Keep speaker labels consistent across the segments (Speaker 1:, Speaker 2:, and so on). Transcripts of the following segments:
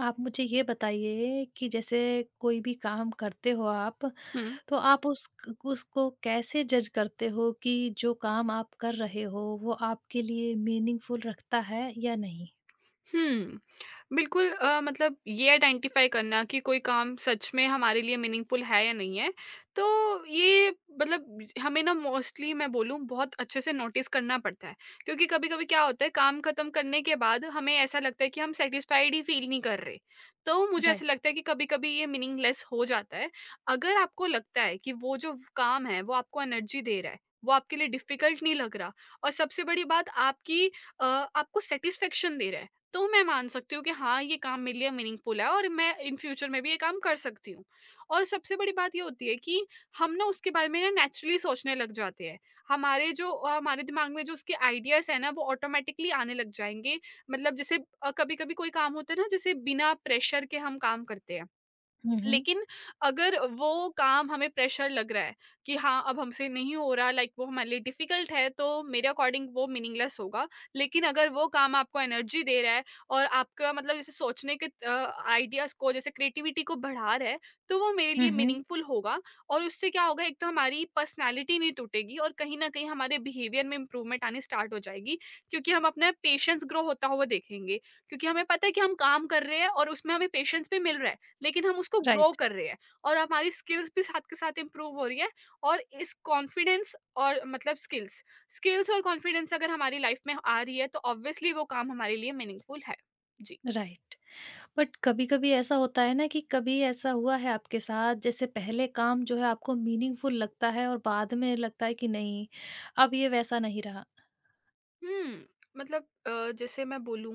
Speaker 1: आप मुझे ये बताइए कि जैसे कोई भी काम करते हो आप,
Speaker 2: Hmm.
Speaker 1: तो आप उस उसको कैसे जज करते हो कि जो काम आप कर रहे हो वो आपके लिए मीनिंगफुल रखता है या नहीं?
Speaker 2: हम्म। बिल्कुल, मतलब ये आइडेंटिफाई करना कि कोई काम सच में हमारे लिए मीनिंगफुल है या नहीं है, तो ये, मतलब, हमें ना मोस्टली मैं बोलूँ बहुत अच्छे से नोटिस करना पड़ता है। क्योंकि कभी कभी क्या होता है, काम खत्म करने के बाद हमें ऐसा लगता है कि हम सेटिस्फाइड ही फील नहीं कर रहे। तो मुझे ऐसा
Speaker 1: राइट।
Speaker 2: लगता है कि कभी कभी ये मीनिंगलेस हो जाता है। अगर आपको लगता है कि वो जो काम है वो आपको एनर्जी दे रहा है, वो आपके लिए डिफिकल्ट नहीं लग रहा, और सबसे बड़ी बात आपकी, आपको सेटिस्फेक्शन दे रहा है, तो मैं मान सकती हूँ कि हाँ, ये काम मेरे लिए मीनिंगफुल है और मैं इन फ्यूचर में भी ये काम कर सकती हूँ। और सबसे बड़ी बात ये होती है कि हम ना उसके बारे में ना नेचुरली सोचने लग जाते हैं। हमारे जो, हमारे दिमाग में जो उसके आइडियाज़ हैं ना वो ऑटोमैटिकली आने लग जाएँगे। मतलब जैसे, कभी-कभी कोई काम होता है ना, जैसे बिना प्रेशर के हम काम करते हैं।
Speaker 1: हुँ, हुँ।
Speaker 2: लेकिन अगर वो काम हमें प्रेशर लग रहा है कि हाँ अब हमसे नहीं हो रहा, लाइक वो हमारे लिए डिफिकल्ट है, तो मेरे अकॉर्डिंग वो मीनिंगलेस होगा। लेकिन अगर वो काम आपको एनर्जी दे रहा है और आपका, मतलब, जैसे सोचने के आइडियाज को, जैसे क्रिएटिविटी को बढ़ा रहा है, तो वो मेरे
Speaker 1: हुँ,
Speaker 2: लिए
Speaker 1: हुँ।
Speaker 2: मीनिंगफुल होगा। और उससे क्या होगा, एक तो हमारी पर्सनैलिटी नहीं टूटेगी और कहीं ना कहीं हमारे बिहेवियर में इंप्रूवमेंट आनी स्टार्ट हो जाएगी, क्योंकि हम अपना पेशेंस ग्रो होता हुआ देखेंगे। क्योंकि हमें पता है कि हम काम कर रहे हैं और उसमें हमें पेशेंस भी मिल रहा है, लेकिन हम उसको ग्रो
Speaker 1: राइट,
Speaker 2: कर रहे हैं। और हमारी स्किल्स भी साथ के साथ इम्प्रूव हो रही है। और इस कॉन्फिडेंस, और मतलब स्किल्स स्किल्स और कॉन्फिडेंस अगर हमारी लाइफ में आ रही है, तो ऑब्वियसली वो काम हमारे लिए मीनिंगफुल है। जी।
Speaker 1: राइट। बट कभी-कभी ऐसा होता है ना कि कभी ऐसा हुआ है आपके साथ जैसे पहले काम जो है आपको मीनिंगफुल लगता है और बाद में लगता है कि नहीं, अब ये वैसा नहीं रहा?
Speaker 2: हुँ, मतलब जैसे मैं बोलूँ,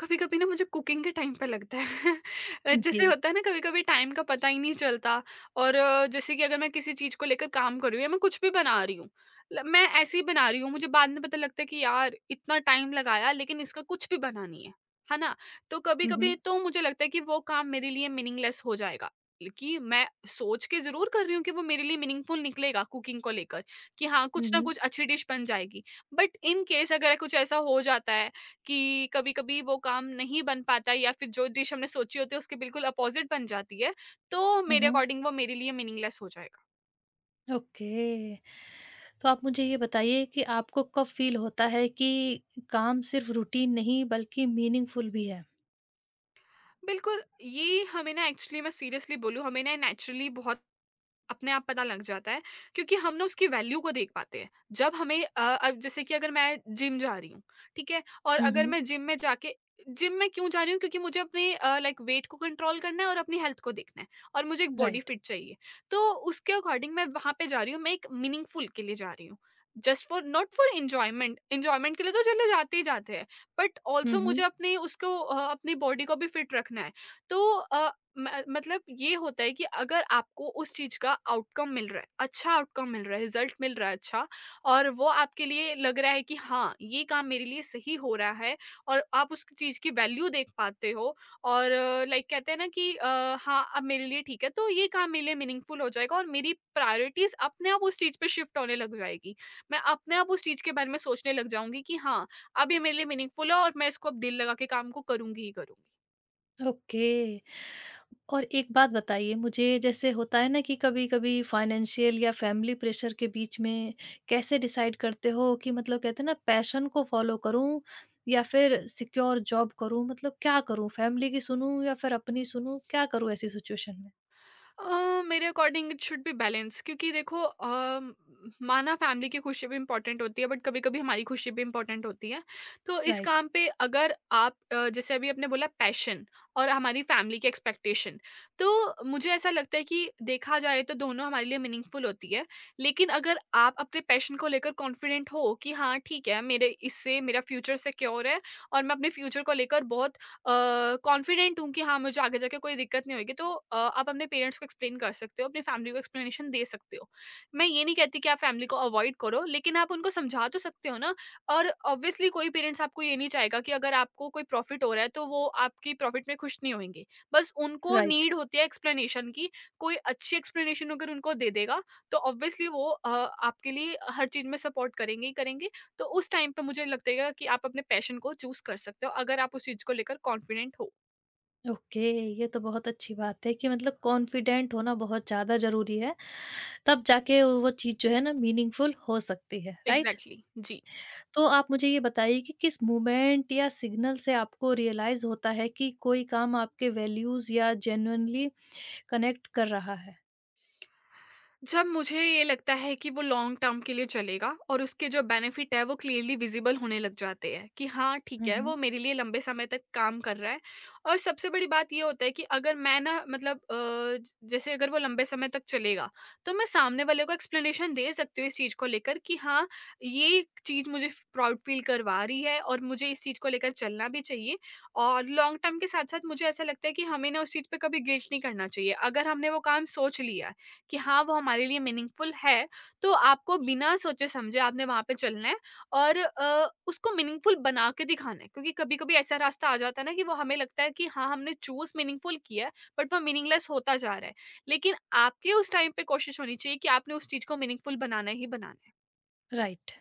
Speaker 2: कभी-कभी ना मुझे कुकिंग के टाइम पे लगता है। जैसे
Speaker 1: जी।
Speaker 2: होता है ना कभी-कभी टाइम का पता ही नहीं चलता। और जैसे कि अगर मैं किसी चीज़ को लेकर काम कर रही हूँ या मैं कुछ भी बना रही हूँ, ल मैं ऐसे ही बना रही हूँ, मुझे बाद में पता लगता है कि यार इतना टाइम लगाया लेकिन इसका कुछ भी बना नहीं है, है ना? तो
Speaker 1: हुँ,
Speaker 2: कभी-कभी
Speaker 1: हुँ।
Speaker 2: तो मुझे लगता है कि वो काम मेरे लिए मीनिंगलेस हो जाएगा, कि मैं सोच के ज़रूर कर रही हूँ कि वो मेरे लिए मीनिंगफुल निकलेगा कुकिंग को लेकर, कि हाँ,
Speaker 1: हुँ,
Speaker 2: कुछ ना
Speaker 1: हुँ।
Speaker 2: कुछ अच्छी डिश बन जाएगी। बट इन केस अगर कुछ ऐसा हो जाता है कि कभी-कभी वो काम नहीं बन पाता या फिर जो डिश हमने सोची होती है उसके बिल्कुल अपोज़िट बन जाती है, तो
Speaker 1: हुँ,
Speaker 2: मेरे
Speaker 1: हुँ।
Speaker 2: अकॉर्डिंग वो मेरे लिए मीनिंगलेस हो जाएगा।
Speaker 1: ओके। तो आप मुझे ये बताइए कि आपको कब फ़ील होता है कि काम सिर्फ़ रूटीन नहीं बल्कि मीनिंगफुल भी है?
Speaker 2: बिल्कुल, ये हमें ना, एक्चुअली मैं सीरियसली बोलूँ, हमें ना नेचुरली बहुत अपने आप पता लग जाता है, क्योंकि हम ना उसकी वैल्यू को देख पाते हैं। जब हमें, अब जैसे कि अगर मैं जिम जा रही हूँ, ठीक है, और
Speaker 1: हुँ,
Speaker 2: अगर
Speaker 1: हुँ।
Speaker 2: मैं जिम में जाके, जिम में क्यों जा रही हूँ, क्योंकि मुझे अपने, लाइक, वेट को कंट्रोल करना है और अपनी हेल्थ को देखना है और मुझे एक बॉडी
Speaker 1: राइट।
Speaker 2: फिट चाहिए। तो उसके अकॉर्डिंग मैं वहां पे जा रही हूँ, मैं एक मीनिंगफुल के लिए जा रही हूँ। Just for, not for enjoyment, enjoyment के लिए तो चलो जाते ही जाते हैं, बट
Speaker 1: हुँ,
Speaker 2: ऑल्सो मुझे
Speaker 1: हुँ।
Speaker 2: अपने उसको, अपनी बॉडी को भी फिट रखना है। तो मतलब ये होता है कि अगर आपको उस चीज का आउटकम मिल रहा है, अच्छा आउटकम मिल रहा है, रिजल्ट मिल रहा है अच्छा, और वो आपके लिए लग रहा है कि हाँ ये काम मेरे लिए सही हो रहा है, और आप उस चीज की वैल्यू देख पाते हो, और लाइक कहते हैं ना कि, हाँ अब मेरे लिए ठीक है, तो ये काम मेरे लिए मीनिंगफुल हो जाएगा और मेरी प्रायोरिटीज अपने आप उस चीज पे शिफ्ट होने लग जाएगी। मैं अपने आप उस चीज के बारे में सोचने लग जाऊंगी कि हाँ अब ये मेरे लिए मीनिंगफुल है और मैं इसको अब दिल लगा के काम को करूंगी ही करूंगी।
Speaker 1: ओके। और एक बात बताइए मुझे जैसे होता है ना कि कभी-कभी फाइनेंशियल या फैमिली प्रेशर के बीच में कैसे डिसाइड करते हो कि मतलब कहते हैं ना पैशन को फ़ॉलो करूँ या फिर सिक्योर जॉब करूँ? मतलब क्या करूँ? फैमिली की सुनूँ या फिर अपनी सुनूँ? क्या करूँ ऐसी सिचुएशन में?
Speaker 2: मेरे according it should be balance, क्योंकि देखो, माना फैमिली की खुशी भी इम्पोर्टेंट होती है, बट कभी कभी हमारी खुशी भी इम्पोर्टेंट होती है। तो इस
Speaker 1: राइट,
Speaker 2: काम पे अगर आप, जैसे अभी आपने बोला, पैशन और हमारी फैमिली की एक्सपेक्टेशन, तो मुझे ऐसा लगता है कि देखा जाए तो दोनों हमारे लिए मीनिंगफुल होती है। लेकिन अगर आप अपने पैशन को लेकर कॉन्फिडेंट हो कि हाँ ठीक है, मेरे इससे मेरा फ्यूचर सिक्योर है और मैं अपने फ्यूचर को लेकर बहुत अ, कॉन्फिडेंट हूँ कि हाँ, मुझे आगे जाके कोई दिक्कत नहीं होएगी, तो आप अपने पेरेंट्स को एक्सप्लेन कर सकते हो, अपनी फैमिली को एक्सप्लेनेशन दे सकते हो। मैं ये नहीं कहती कि आप फैमिली को अवॉइड करो, लेकिन आप उनको समझा तो सकते हो ना। और ऑब्वियसली कोई पेरेंट्स आपको ये नहीं चाहेगा कि अगर आपको कोई प्रॉफ़िट हो रहा है, तो वो आपकी प्रॉफ़िट में खुश नहीं होंगे। बस उनको
Speaker 1: राइट।
Speaker 2: नीड होती है एक्सप्लेनेशन की, कोई अच्छी एक्सप्लेनेशन अगर उनको दे देगा, तो ऑब्वियसली वो आपके लिए हर चीज़ में सपोर्ट करेंगे ही करेंगे। तो उस टाइम पे मुझे लगता है कि आप अपने पैशन को चूज़ कर सकते हो अगर आप उस चीज़ को लेकर कॉन्फिडेंट हो।
Speaker 1: ओके, ये तो बहुत अच्छी बात है कि मतलब कॉन्फिडेंट होना बहुत ज़्यादा ज़रूरी है, तब जाके वो चीज़ जो है ना मीनिंगफुल हो सकती है, राइट?
Speaker 2: एग्ज़ैक्टली जी।
Speaker 1: तो आप मुझे ये बताइए कि किस मूवमेंट या सिग्नल से आपको रियलाइज़ होता है कि कोई काम आपके वैल्यूज़ या जेन्युइनली कनेक्ट कर रहा है?
Speaker 2: जब मुझे ये लगता है कि वो लॉन्ग टर्म के लिए चलेगा और उसके जो बेनिफिट है वो क्लियरली विजिबल होने लग जाते हैं कि हाँ ठीक
Speaker 1: हुँ,
Speaker 2: है, वो
Speaker 1: हुँ।
Speaker 2: मेरे लिए लंबे समय तक काम कर रहा है। और सबसे बड़ी बात ये होता है कि अगर मैं ना, मतलब, जैसे अगर वो लंबे समय तक चलेगा, तो मैं सामने वाले को एक्सप्लेनेशन दे सकती हूँ इस चीज़ को लेकर कि हाँ, ये चीज़ मुझे प्राउड फील करवा रही है और मुझे इस चीज़ को लेकर चलना भी चाहिए। और लॉन्ग टर्म के साथ साथ मुझे ऐसा लगता है कि हमें ना उस चीज़ पे कभी गिल्ट नहीं करना चाहिए, अगर हमने वो काम सोच लिया कि हाँ, वो हमारे लिए मीनिंगफुल है, तो आपको बिना सोचे-समझे आपने वहाँ पे चलना है और उसको मीनिंगफुल बना के दिखाना है। क्योंकि कभी-कभी ऐसा रास्ता आ जाता है ना कि वो, हमें लगता है कि हाँ, हमने चूज़ मीनिंगफुल किया है, बट वो मीनिंगलेस होता जा रहा है। लेकिन आपकी उस टाइम पे कोशिश होनी चाहिए कि आपने उस चीज़ को मीनिंगफुल बनाना ही बनाना है।
Speaker 1: राइट।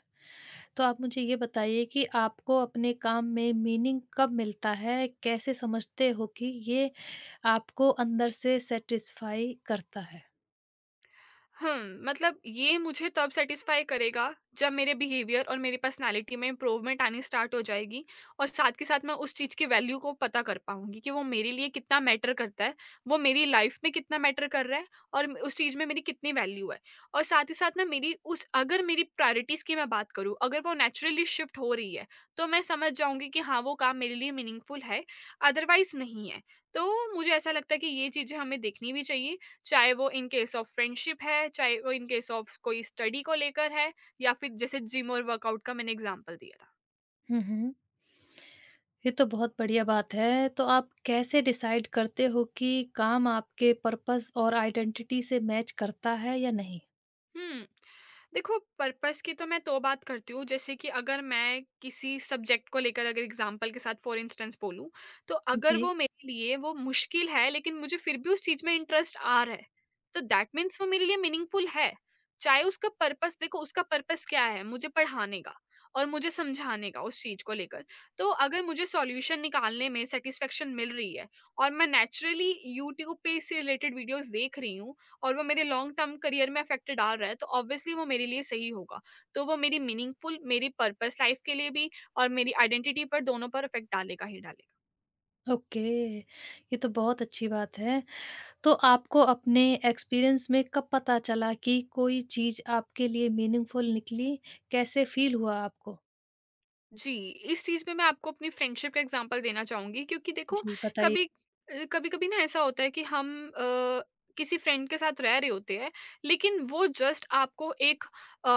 Speaker 1: तो आप मुझे ये बताइए कि आपको अपने काम में मीनिंग कब मिलता है? कैसे समझते हो कि ये आपको अंदर से सैटिस्फाई करता है?
Speaker 2: मतलब ये मुझे तब सैटिस्फाई करेगा जब मेरे बिहेवियर और मेरी पर्सनालिटी में इम्प्रूवमेंट आनी स्टार्ट हो जाएगी, और साथ के साथ मैं उस चीज़ की वैल्यू को पता कर पाऊंगी कि वो मेरे लिए कितना मैटर करता है, वो मेरी लाइफ में कितना मैटर कर रहा है, और उस चीज़ में मेरी कितनी वैल्यू है। और साथ ही साथ ना मेरी उस, अगर मेरी प्रायोरिटीज़ की मैं बात करूँ, अगर वो नेचुरली शिफ्ट हो रही है, तो मैं समझ जाऊंगी कि हाँ वो काम मेरे लिए मीनिंगफुल है, अदरवाइज नहीं है। तो मुझे ऐसा लगता है कि ये चीज़ें हमें देखनी भी चाहिए, चाहे वो इन केस ऑफ फ्रेंडशिप है, चाहे वो इन केस ऑफ कोई स्टडी को लेकर है, या फिर जैसे जिम और वर्कआउट का मैंने एग्जांपल दिया था।
Speaker 1: हुँ, हुँ। ये तो बहुत बढ़िया बात है। तो आप कैसे डिसाइड करते हो कि काम आपके पर्पस और आइडेंटिटी से मैच करता है या नहीं?
Speaker 2: हुँ। देखो, पर्पस की तो मैं तो बात करती हूँ जैसे कि अगर मैं किसी सब्जेक्ट को लेकर अगर एग्ज़ाम्पल के साथ, फॉर इंस्टेंस, बोलूँ, तो अगर
Speaker 1: जी।
Speaker 2: वो मेरे लिए, वो मुश्किल है लेकिन मुझे फिर भी उस चीज़ में इंटरेस्ट आ रहा है, तो दैट मीन्स वो मेरे लिए मीनिंगफुल है। चाहे उसका पर्पस देखो, उसका पर्पस क्या है? मुझे पढ़ाने का और मुझे समझाने का उस चीज़ को लेकर। तो अगर मुझे सॉल्यूशन निकालने में सैटिस्फैक्शन मिल रही है और मैं नेचुरली यूट्यूब पे इससे रिलेटेड वीडियोज़ देख रही हूँ, और वो मेरे लॉन्ग टर्म करियर में इफ़ेक्ट डाल रहा है, तो ऑब्वियसली वो मेरे लिए सही होगा। तो वो मेरी मीनिंगफुल, मेरी पर्पस लाइफ़ के लिए भी और मेरी आइडेंटिटी पर, दोनों पर इफ़ेक्ट डालेगा ही डालेगा।
Speaker 1: ओके, ये तो बहुत अच्छी बात है। तो आपको अपने एक्सपीरियंस में कब पता चला कि कोई चीज़ आपके लिए मीनिंगफुल निकली? कैसे फ़ील हुआ आपको?
Speaker 2: जी, इस चीज़ में मैं आपको अपनी फ्रेंडशिप का एग्ज़ाम्पल देना चाहूँगी, क्योंकि देखो,
Speaker 1: जी, बताइए।
Speaker 2: कभी अ, कभी-कभी ना ऐसा होता है कि हम किसी फ्रेंड के साथ रह रहे होते हैं, लेकिन वो जस्ट आपको एक अ,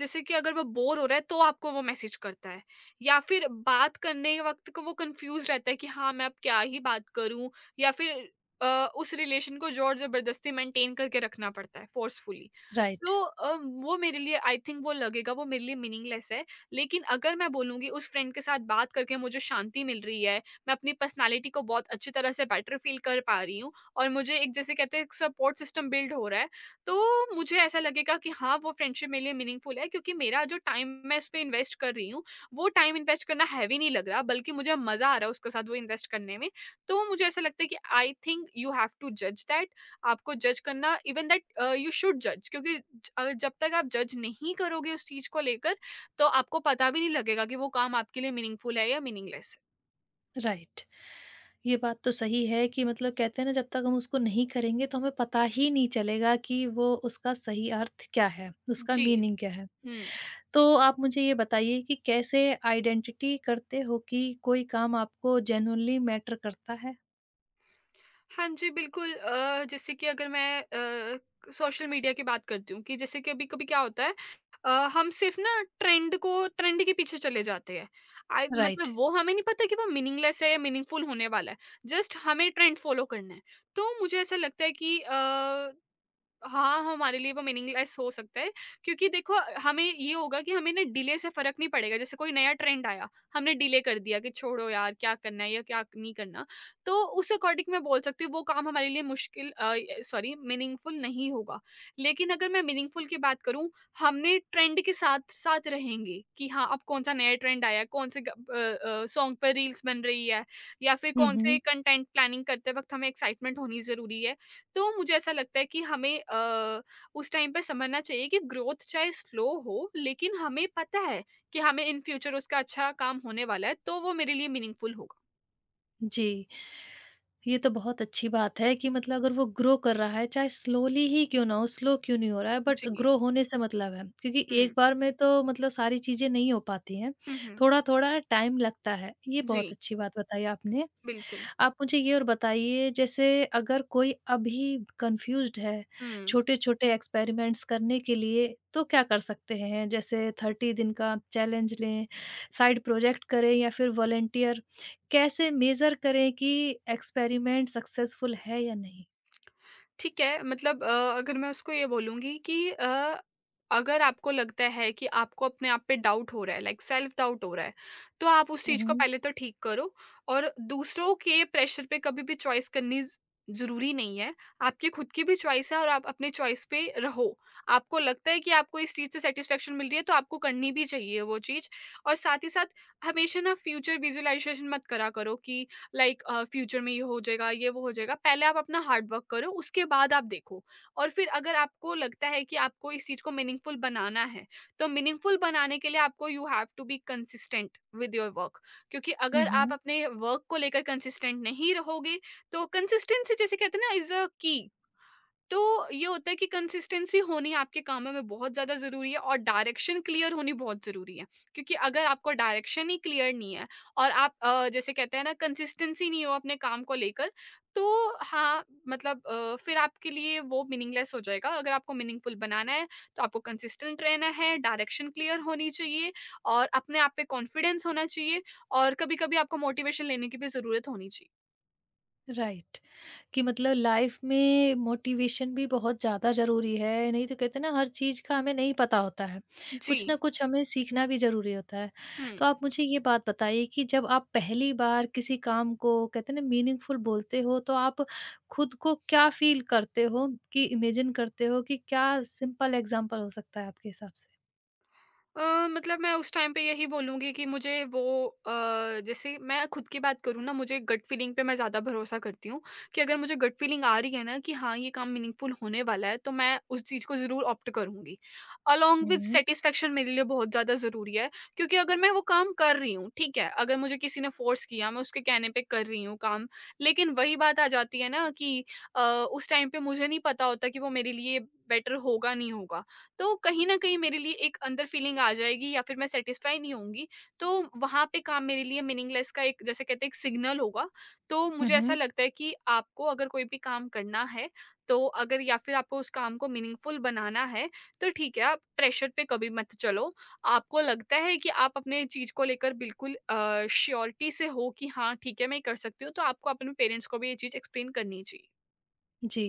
Speaker 2: जैसे कि अगर वो बोर हो रहा है, तो आपको वो मैसेज करता है या फिर बात करने वक़्त को वो कन्फ्यूज़ रहता है कि हाँ, मैं अब क्या ही बात करूँ, या फिर अ, उस रिलेशन को ज़ोर-ज़बरदस्ती मेंटेन करके रखना पड़ता है, फ़ोर्सफुली।
Speaker 1: राइट।
Speaker 2: तो वो मेरे लिए, आई थिंक वो लगेगा, वो मेरे लिए मीनिंगलेस है। लेकिन अगर मैं बोलूँगी, उस फ्रेंड के साथ बात करके मुझे शांति मिल रही है, मैं अपनी पर्सनैलिटी को बहुत अच्छी तरह से बेटर फ़ील कर पा रही हूँ और मुझे एक, जैसे कहते हैं, एक सपोर्ट सिस्टम बिल्ड हो रहा है, तो मुझे ऐसा लगेगा कि हाँ, वो फ्रेंडशिप मेरे लिए मीनिंगफुल है, क्योंकि मेरा जो टाइम मैं उस पे इन्वेस्ट कर रही हूँ, वो टाइम इन्वेस्ट करना हैवी नहीं लग रहा, बल्कि मुझे मज़ा आ रहा है उसके साथ वो इन्वेस्ट करने में। तो मुझे ऐसा लगता है कि I think you have to जज दैट, आपको जज करना, इवन दैट यू शुड जज, क्योंकि जब तक आप जज नहीं करोगे उस चीज़ को लेकर, तो आपको पता भी नहीं लगेगा कि वो काम आपके लिए मीनिंगफुल है या मीनिंगलेस
Speaker 1: राइट। ये बात तो सही है कि मतलब कहते हैं ना जब तक हम उसको नहीं करेंगे तो हमें पता ही नहीं चलेगा कि वो उसका सही अर्थ क्या है,
Speaker 2: है।
Speaker 1: उसका
Speaker 2: जी,
Speaker 1: मीनिंग क्या है।
Speaker 2: हुँ।
Speaker 1: तो आप मुझे ये बताइए कि कैसे आइडेंटिटी करते हो कि कोई काम आपको जेन्युइनली मैटर करता है?
Speaker 2: हाँ जी, बिल्कुल। जैसे कि अगर मैं सोशल मीडिया की बात करती हूँ, कि जैसे कभी-कभी क्या होता है, हम सिर्फ़ ना ट्रेंड को, ट्रेंड के पीछे चले जाते हैं। I
Speaker 1: right.
Speaker 2: मतलब वो हमें नहीं पता कि वो मीनिंगलेस है या मीनिंगफुल होने वाला है। जस्ट हमें ट्रेंड फ़ॉलो करना है। तो मुझे ऐसा लगता है कि हाँ, हाँ, हमारे लिए वो मीनिंगलेस हो सकता है, क्योंकि देखो, हमें ये होगा कि हमें ना डिले से फ़र्क नहीं पड़ेगा। जैसे कोई नया ट्रेंड आया, हमने डिले कर दिया कि छोड़ो यार, क्या करना है या क्या नहीं करना। तो उस अकॉर्डिंग मैं बोल सकती हूँ, वो काम हमारे लिए सॉरी, मीनिंगफुल नहीं होगा। लेकिन अगर मैं मीनिंगफुल की बात करूँ, हमने ट्रेंड के साथ-साथ रहेंगे कि हाँ, अब कौन-सा नया ट्रेंड आया है, कौन से सॉन्ग पे रील्स बन रही है, या फिर
Speaker 1: हुँ,
Speaker 2: कौन से
Speaker 1: हुँ।
Speaker 2: कंटेंट प्लानिंग करते वक़्त हमें एक्साइटमेंट होनी ज़रूरी है। तो मुझे ऐसा लगता है कि हमें उस टाइम पे समझना चाहिए कि ग्रोथ चाहे स्लो हो, लेकिन हमें पता है कि हमें इन फ्यूचर उसका अच्छा काम होने वाला है, तो वो मेरे लिए मीनिंगफुल होगा।
Speaker 1: जी। ये तो बहुत अच्छी बात है कि मतलब अगर वो ग्रो कर रहा है, चाहे स्लोली ही क्यों ना हो, स्लो क्यों नहीं हो रहा है, बट
Speaker 2: जी।
Speaker 1: ग्रो होने से मतलब है। क्योंकि
Speaker 2: हुँ।
Speaker 1: एक बार में तो मतलब सारी चीज़ें नहीं हो पाती हैं,
Speaker 2: हुँ, हुँ।
Speaker 1: थोड़ा-थोड़ा टाइम लगता है। ये बहुत
Speaker 2: जी,
Speaker 1: अच्छी बात बताई आपने।
Speaker 2: बिल्कुल।
Speaker 1: आप मुझे ये और बताइए जैसे अगर कोई अभी कंफ्यूज्ड है
Speaker 2: हुँ।
Speaker 1: छोटे-छोटे एक्सपेरिमेंट्स करने के लिए तो क्या कर सकते हैं? जैसे 30 दिन का चैलेंज लें, साइड प्रोजेक्ट करें या फिर वॉलंटियर कैसे मेज़र करें कि एक्सपेरिमेंट सक्सेसफुल है या नहीं?
Speaker 2: ठीक है, मतलब अगर मैं उसको ये बोलूँगी कि अगर आपको लगता है कि आपको अपने आप पे डाउट हो रहा है, लाइक सेल्फ डाउट हो रहा है, तो आप उस
Speaker 1: हुँ,
Speaker 2: चीज़ को
Speaker 1: हुँ।
Speaker 2: पहले तो ठीक करो। और दूसरों के प्रेशर पे कभी भी चॉइस करनी ज़ ज़रूरी नहीं है। आपकी खुद की भी चॉइस है और आप अपनी चॉइस पे रहो। आपको लगता है कि आपको इस चीज़ से सैटिस्फैक्शन मिल रही है, तो आपको करनी भी चाहिए वो चीज़। और साथ ही साथ, हमेशा ना फ्यूचर विज़ुअलाइज़ेशन मत करा करो कि लाइक फ्यूचर में ये हो जाएगा, ये वो हो जाएगा। पहले आप अपना हार्ड वर्क करो, उसके बाद आप देखो। और फिर अगर आपको लगता है कि आपको इस चीज़ को मीनिंगफुल बनाना है, तो मीनिंगफुल बनाने के लिए आपको, you have to be consistent with your work. क्योंकि
Speaker 1: हुँ,
Speaker 2: अगर आप
Speaker 1: हुँ।
Speaker 2: अपने वर्क को लेकर कंसिस्टेंट नहीं रहोगे, तो कंसिस्टेंसी, जिसे कहते हैं ना, इज़ अ की। तो ये होता है कि कंसिस्टेंसी होनी आपके कामों में बहुत ज़्यादा ज़रूरी है, और डायरेक्शन क्लियर होनी बहुत ज़रूरी है, क्योंकि अगर आपको डायरेक्शन ही क्लियर नहीं है, और आप जैसे कहते हैं ना, कंसिस्टेंसी नहीं हो अपने काम को लेकर, तो हाँ, मतलब फिर आपके लिए वो मीनिंगलेस हो जाएगा। अगर आपको मीनिंगफुल बनाना है, तो आपको कंसिस्टेंट रहना है, डायरेक्शन क्लियर होनी चाहिए, और अपने आप पे कॉन्फिडेंस होना चाहिए, और कभी कभी आपको मोटिवेशन लेने की भी ज़रूरत होनी चाहिए।
Speaker 1: राइट। कि मतलब लाइफ में मोटिवेशन भी बहुत ज़्यादा ज़रूरी है, नहीं तो कहते हैं ना हर चीज़ का हमें नहीं पता होता है,
Speaker 2: जी।
Speaker 1: कुछ ना कुछ हमें सीखना भी ज़रूरी होता है।
Speaker 2: हम्म।
Speaker 1: तो आप मुझे ये बात बताइए कि जब आप पहली बार किसी काम को कहते हैं ना मीनिंगफुल बोलते हो, तो आप खुद को क्या फ़ील करते हो, कि इमेजिन करते हो कि क्या सिंपल एग्ज़ाम्पल हो सकता है आपके हिसाब से?
Speaker 2: मतलब मैं उस टाइम पे यही बोलूँगी कि मुझे वो अ, जैसे मैं खुद की बात करूँ ना, मुझे गट फीलिंग पे मैं ज़्यादा भरोसा करती हूँ, कि अगर मुझे गट फीलिंग आ रही है ना कि हाँ, ये काम मीनिंगफुल होने वाला है, तो मैं उस चीज़ को ज़रूर ऑप्ट करूँगी। Along with
Speaker 1: hmm.
Speaker 2: सैटिस्फैक्शन, मेरे लिए बहुत ज़्यादा ज़रूरी है। क्योंकि अगर मैं वो काम कर रही हूँ, ठीक है, अगर मुझे किसी ने फ़ोर्स किया, मैं उसके कहने पे कर रही हूँ काम, लेकिन वही बात आ जाती है ना कि अ, उस टाइम पे मुझे नहीं पता होता कि वो मेरे लिए बेटर होगा, नहीं होगा। तो कहीं न कहीं मेरे लिए एक अंदर फीलिंग आ जाएगी, या फिर मैं सैटिस्फाई नहीं होऊँगी। तो वहाँ पे काम मेरे लिए मीनिंगलेस का एक, जैसे कहते हैं, एक सिग्नल होगा। तो
Speaker 1: हुँ,
Speaker 2: मुझे ऐसा
Speaker 1: हुँ।
Speaker 2: लगता है कि आपको अगर कोई भी काम करना है, तो अगर, या फिर आपको उस काम को मीनिंगफुल बनाना है, तो ठीक है, आप प्रेशर पे कभी मत चलो। आपको लगता है कि आप अपने चीज़ को लेकर बिल्कुल श्योरिटी से हो कि हाँ, ठीक है, मैं ये कर सकती हूँ, तो आपको अपने पेरेंट्स को भी ये चीज़ एक्सप्लेन करनी चाहिए।
Speaker 1: जी,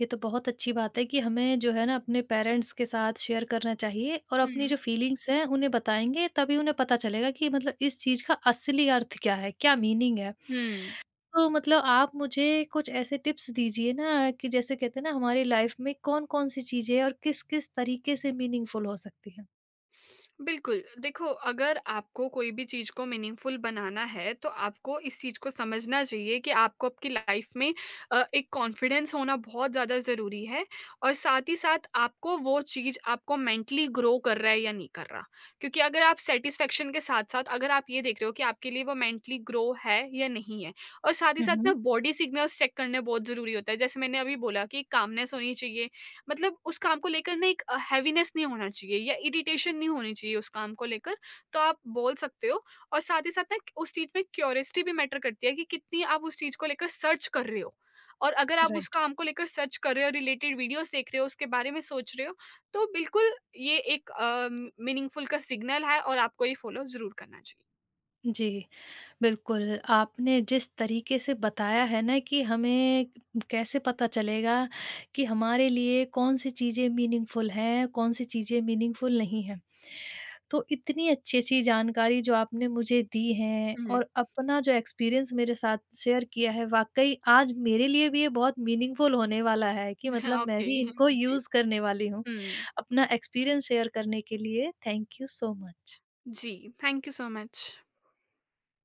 Speaker 1: ये तो बहुत अच्छी बात है कि हमें जो है ना अपने पेरेंट्स के साथ शेयर करना चाहिए और अपनी
Speaker 2: हुँ,
Speaker 1: जो फीलिंग्स हैं उन्हें बताएँगे तभी उन्हें पता चलेगा कि मतलब इस चीज़ का असली अर्थ क्या है, क्या मीनिंग है।
Speaker 2: हुँ।
Speaker 1: तो मतलब आप मुझे कुछ ऐसे टिप्स दीजिए ना कि जैसे कहते हैं ना हमारी लाइफ़ में कौन-कौन सी चीज़ें और किस-किस तरीके से मीनिंगफुल हो सकती हैं?
Speaker 2: बिल्कुल, देखो, अगर आपको कोई भी चीज़ को मीनिंगफुल बनाना है, तो आपको इस चीज़ को समझना चाहिए कि आपको आपकी लाइफ़ में एक कॉन्फिडेंस होना बहुत ज़्यादा ज़रूरी है, और साथ ही साथ आपको वो चीज़ आपको मेंटली ग्रो कर रहा है या नहीं कर रहा। क्योंकि अगर आप सैटिस्फैक्शन के साथ-साथ अगर आप ये देख रहे हो कि आपके लिए वो मेंटली ग्रो है या नहीं है, और साथ ही
Speaker 1: हुँ,
Speaker 2: साथ ना,
Speaker 1: हुँ।
Speaker 2: बॉडी सिग्नल्स चेक करने बहुत ज़रूरी होता है। जैसे मैंने अभी बोला कि कामनेस होनी चाहिए, मतलब उस काम को लेकर ना एक हैवीनेस नहीं होना चाहिए, या इरिटेशन नहीं होनी चाहिए उस काम को लेकर, तो आप बोल सकते हो। और साथ ही साथ ना, उस चीज़ में क्यूरियोसिटी भी मैटर करती है कि कितनी आप उस चीज़ को लेकर सर्च कर रहे हो, और अगर आप उस
Speaker 1: राइट,
Speaker 2: काम को लेकर सर्च कर रहे हो, रिलेटेड वीडियोज़ देख रहे हो, उसके बारे में सोच रहे हो, तो बिल्कुल ये एक मीनिंगफुल का सिग्नल है, और आपको ये फॉलो ज़रूर करना चाहिए।
Speaker 1: जी। बिल्कुल, आपने जिस तरीके से बताया है ना कि हमें कैसे पता चलेगा कि हमारे लिए कौन-सी चीज़ें मीनिंगफुल हैं, कौन-सी चीज़ें मीनिंगफुल नहीं हैं। तो इतनी अच्छी-अच्छी जानकारी जो आपने मुझे दी है
Speaker 2: हुँ, हुँ।
Speaker 1: और अपना जो एक्सपीरियंस मेरे साथ शेयर किया है, वाक़ई आज मेरे लिए भी ये बहुत मीनिंगफुल होने वाला है कि मतलब मैं
Speaker 2: ओके,
Speaker 1: भी इनको
Speaker 2: जी।
Speaker 1: यूज़ करने वाली हूँ।
Speaker 2: हुँ,
Speaker 1: अपना एक्सपीरियंस शेयर करने के लिए थैंक यू सो मच।
Speaker 2: जी, थैंक यू सो मच।